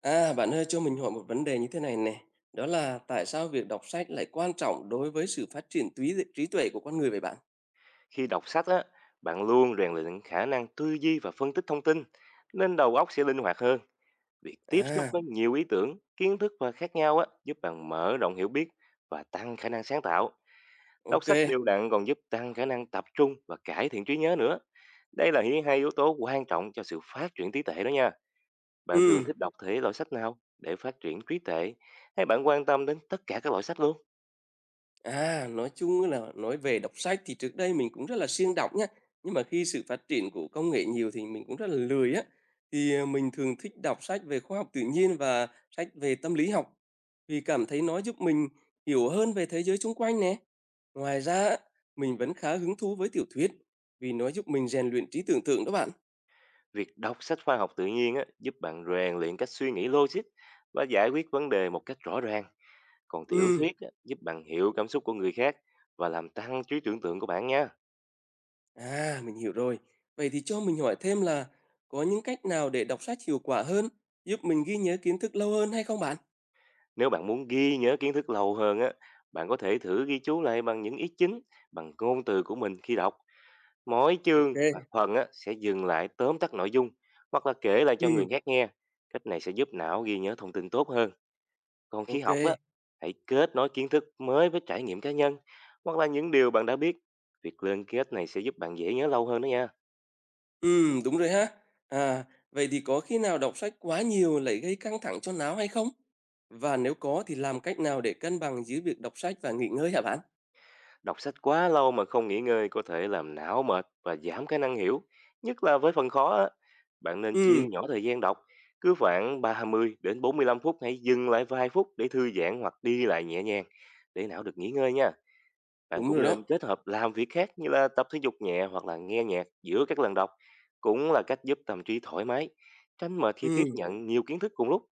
À, bạn ơi, cho mình hỏi một vấn đề như thế này nè. Đó là tại sao việc đọc sách lại quan trọng đối với sự phát triển trí trí tuệ của con người vậy bạn? Khi đọc sách á, bạn luôn rèn luyện khả năng tư duy và phân tích thông tin, nên đầu óc sẽ linh hoạt hơn. Việc tiếp xúc À, với nhiều ý tưởng, kiến thức và khác nhau á, giúp bạn mở rộng hiểu biết và tăng khả năng sáng tạo. Đọc ok. sách đều đặn còn giúp tăng khả năng tập trung và cải thiện trí nhớ nữa. Đây là hai yếu tố quan trọng cho sự phát triển trí tuệ đó nha. Bạn thường Ừ. thích đọc thể loại sách nào để phát triển trí tuệ, hay bạn quan tâm đến tất cả các loại sách luôn? À, nói chung là nói về đọc sách thì trước đây mình cũng rất là siêng đọc nhá. Nhưng mà khi sự phát triển của công nghệ nhiều thì mình cũng rất là lười á. Thì mình thường thích đọc sách về khoa học tự nhiên và sách về tâm lý học. Vì cảm thấy nó giúp mình hiểu hơn về thế giới xung quanh nè. Ngoài ra, á, mình vẫn khá hứng thú với tiểu thuyết vì nó giúp mình rèn luyện trí tưởng tượng đó bạn. Việc đọc sách khoa học tự nhiên á, giúp bạn rèn luyện cách suy nghĩ logic và giải quyết vấn đề một cách rõ ràng. Còn tiểu Ừ, thuyết á, giúp bạn hiểu cảm xúc của người khác và làm tăng trí tưởng tượng của bạn nha. à, mình hiểu rồi. Vậy thì cho mình hỏi thêm là có những cách nào để đọc sách hiệu quả hơn, giúp mình ghi nhớ kiến thức lâu hơn hay không bạn? Nếu bạn muốn ghi nhớ kiến thức lâu hơn á, bạn có thể thử ghi chú lại bằng những ý chính, bằng ngôn từ của mình khi đọc. Mỗi OK chương kê, hoặc phần á, sẽ dừng lại tóm tắt nội dung hoặc là kể lại cho người ừm, khác nghe. Cách này sẽ giúp não ghi nhớ thông tin tốt hơn. Còn ô, khi học á, hãy kết nối kiến thức mới với trải nghiệm cá nhân hoặc là những điều bạn đã biết. Việc liên kết này sẽ giúp bạn dễ nhớ lâu hơn đó nha. đúng rồi ha. À, vậy thì có khi nào đọc sách quá nhiều lại gây căng thẳng cho não hay không? Và nếu có thì làm cách nào để cân bằng giữa việc đọc sách và nghỉ ngơi hả bạn? Đọc sách quá lâu mà không nghỉ ngơi có thể làm não mệt và giảm khả năng hiểu, nhất là với phần khó á. Bạn nên chia Ừm, nhỏ thời gian đọc, cứ khoảng 30 đến 45 phút hãy dừng lại vài phút để thư giãn hoặc đi lại nhẹ nhàng, để não được nghỉ ngơi nha. Bạn đúng cũng rồi đó. nên kết hợp làm việc khác, như là tập thể dục nhẹ hoặc là nghe nhạc giữa các lần đọc, cũng là cách giúp tâm trí thoải mái, tránh mệt khi tiếp Ừm, nhận nhiều kiến thức cùng lúc.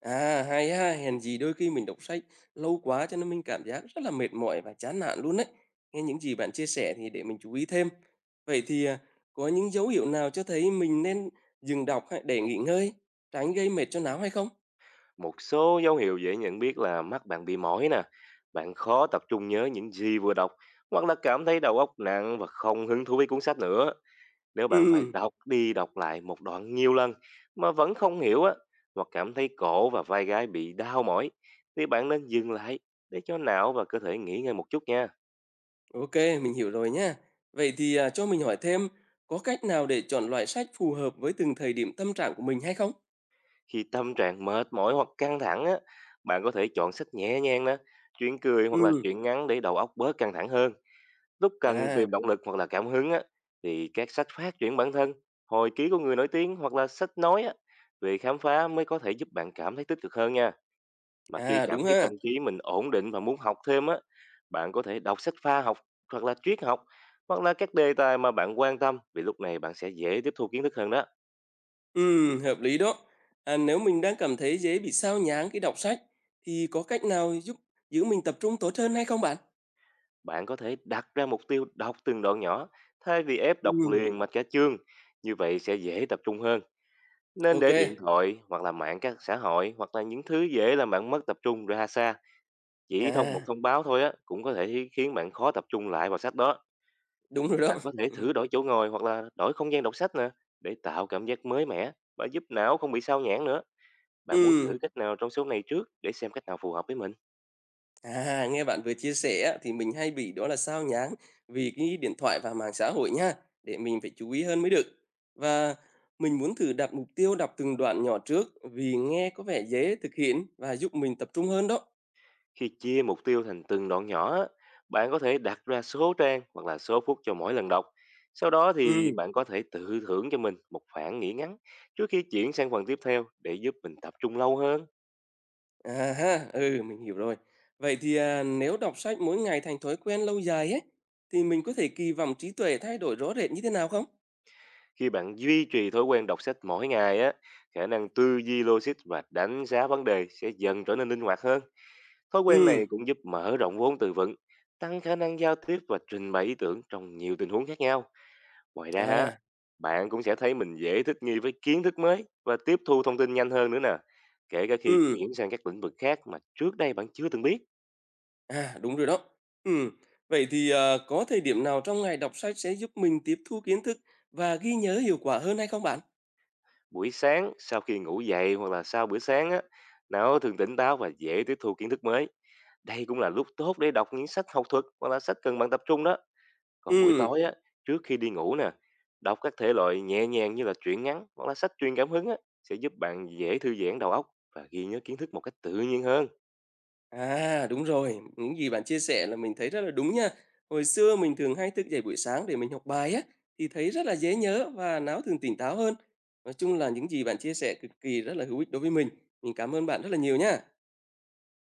à, hay ha, hèn gì đôi khi mình đọc sách lâu quá cho nên mình cảm giác rất là mệt mỏi và chán nản luôn đấy. Nghe những gì bạn chia sẻ thì để mình chú ý thêm. Vậy thì, có những dấu hiệu nào cho thấy mình nên dừng đọc hay để nghỉ ngơi, tránh gây mệt cho não hay không? Một số dấu hiệu dễ nhận biết là mắt bạn bị mỏi nè, bạn khó tập trung nhớ những gì vừa đọc, hoặc là cảm thấy đầu óc nặng và không hứng thú với cuốn sách nữa. Nếu bạn phải Ừm. đọc đi đọc lại một đoạn nhiều lần mà vẫn không hiểu á, hoặc cảm thấy cổ và vai gáy bị đau mỏi, thì bạn nên dừng lại để cho não và cơ thể nghỉ ngơi một chút nha. Ok, mình hiểu rồi nha. Vậy thì cho mình hỏi thêm, có cách nào để chọn loại sách phù hợp với từng thời điểm tâm trạng của mình hay không? Khi tâm trạng mệt mỏi hoặc căng thẳng á, bạn có thể chọn sách nhẹ nhàng nè, chuyện cười hoặc là Ừ, chuyện ngắn, để đầu óc bớt căng thẳng hơn. Lúc cần à, tìm động lực hoặc là cảm hứng á, thì các sách phát triển bản thân, hồi ký của người nổi tiếng hoặc là sách nói á, về khám phá mới, có thể giúp bạn cảm thấy tích cực hơn nha. Mà khi à cảm đúng thấy ha. tâm trí mình ổn định và muốn học thêm á, bạn có thể đọc sách pha học, hoặc là triết học, hoặc là các đề tài mà bạn quan tâm, vì lúc này bạn sẽ dễ tiếp thu kiến thức hơn đó. Ừ, hợp lý đó. À, nếu mình đang cảm thấy dễ bị sao nhãng khi đọc sách, thì có cách nào giúp giữ mình tập trung tốt hơn hay không bạn? Bạn có thể đặt ra mục tiêu đọc từng đoạn nhỏ, thay vì ép đọc Ừ, liền mạch cả chương. Như vậy sẽ dễ tập trung hơn. Nên ok. để điện thoại, hoặc là mạng các xã hội, hoặc là những thứ dễ làm bạn mất tập trung ra xa. Chỉ một À, thông báo thôi á cũng có thể khiến bạn khó tập trung lại vào sách đó. đúng rồi đó. Bạn có thể thử đổi chỗ ngồi hoặc là đổi không gian đọc sách nè, để tạo cảm giác mới mẻ và giúp não không bị sao nhãn nữa. Bạn muốn Ừ. thử cách nào trong số này trước, để xem cách nào phù hợp với mình? À, nghe bạn vừa chia sẻ á, thì mình hay bị đó là sao nhãng vì cái điện thoại và mạng xã hội nha, để mình phải chú ý hơn mới được. Và mình muốn thử đặt mục tiêu đọc từng đoạn nhỏ trước vì nghe có vẻ dễ thực hiện và giúp mình tập trung hơn đó. Khi chia mục tiêu thành từng đoạn nhỏ á, bạn có thể đặt ra số trang hoặc là số phút cho mỗi lần đọc. Sau đó Ừ, thì bạn có thể tự thưởng cho mình một phản nghỉ ngắn, trước khi chuyển sang phần tiếp theo để giúp mình tập trung lâu hơn. à ha, ừ, mình hiểu rồi. Vậy thì nếu đọc sách mỗi ngày thành thói quen lâu dài ấy, thì mình có thể kỳ vọng trí tuệ thay đổi rõ rệt như thế nào không? Khi bạn duy trì thói quen đọc sách mỗi ngày á, khả năng tư duy logic và đánh giá vấn đề sẽ dần trở nên linh hoạt hơn. Thói quen Ừ, này cũng giúp mở rộng vốn từ vựng, tăng khả năng giao tiếp và trình bày ý tưởng trong nhiều tình huống khác nhau. Ngoài ra á, à, bạn cũng sẽ thấy mình dễ thích nghi với kiến thức mới và tiếp thu thông tin nhanh hơn nữa nè. Kể cả khi ừ. chuyển sang các lĩnh vực khác mà trước đây bạn chưa từng biết. À, đúng rồi đó. Ừm, vậy thì, có thời điểm nào trong ngày đọc sách sẽ giúp mình tiếp thu kiến thức và ghi nhớ hiệu quả hơn hay không bạn? Buổi sáng sau khi ngủ dậy hoặc là sau bữa sáng á, não thường tỉnh táo và dễ tiếp thu kiến thức mới. Đây cũng là lúc tốt để đọc những sách học thuật hoặc là sách cần bạn tập trung đó. Còn buổi Ừm, tối á, trước khi đi ngủ nè, đọc các thể loại nhẹ nhàng như là truyện ngắn hoặc là sách truyền cảm hứng á, sẽ giúp bạn dễ thư giãn đầu óc và ghi nhớ kiến thức một cách tự nhiên hơn. à, đúng rồi, những gì bạn chia sẻ là mình thấy rất là đúng nha. Hồi xưa mình thường hay thức dậy buổi sáng để mình học bài á, thì thấy rất là dễ nhớ và não thường tỉnh táo hơn. Nói chung là những gì bạn chia sẻ cực kỳ rất là hữu ích đối với mình. Mình cảm ơn bạn rất là nhiều nha.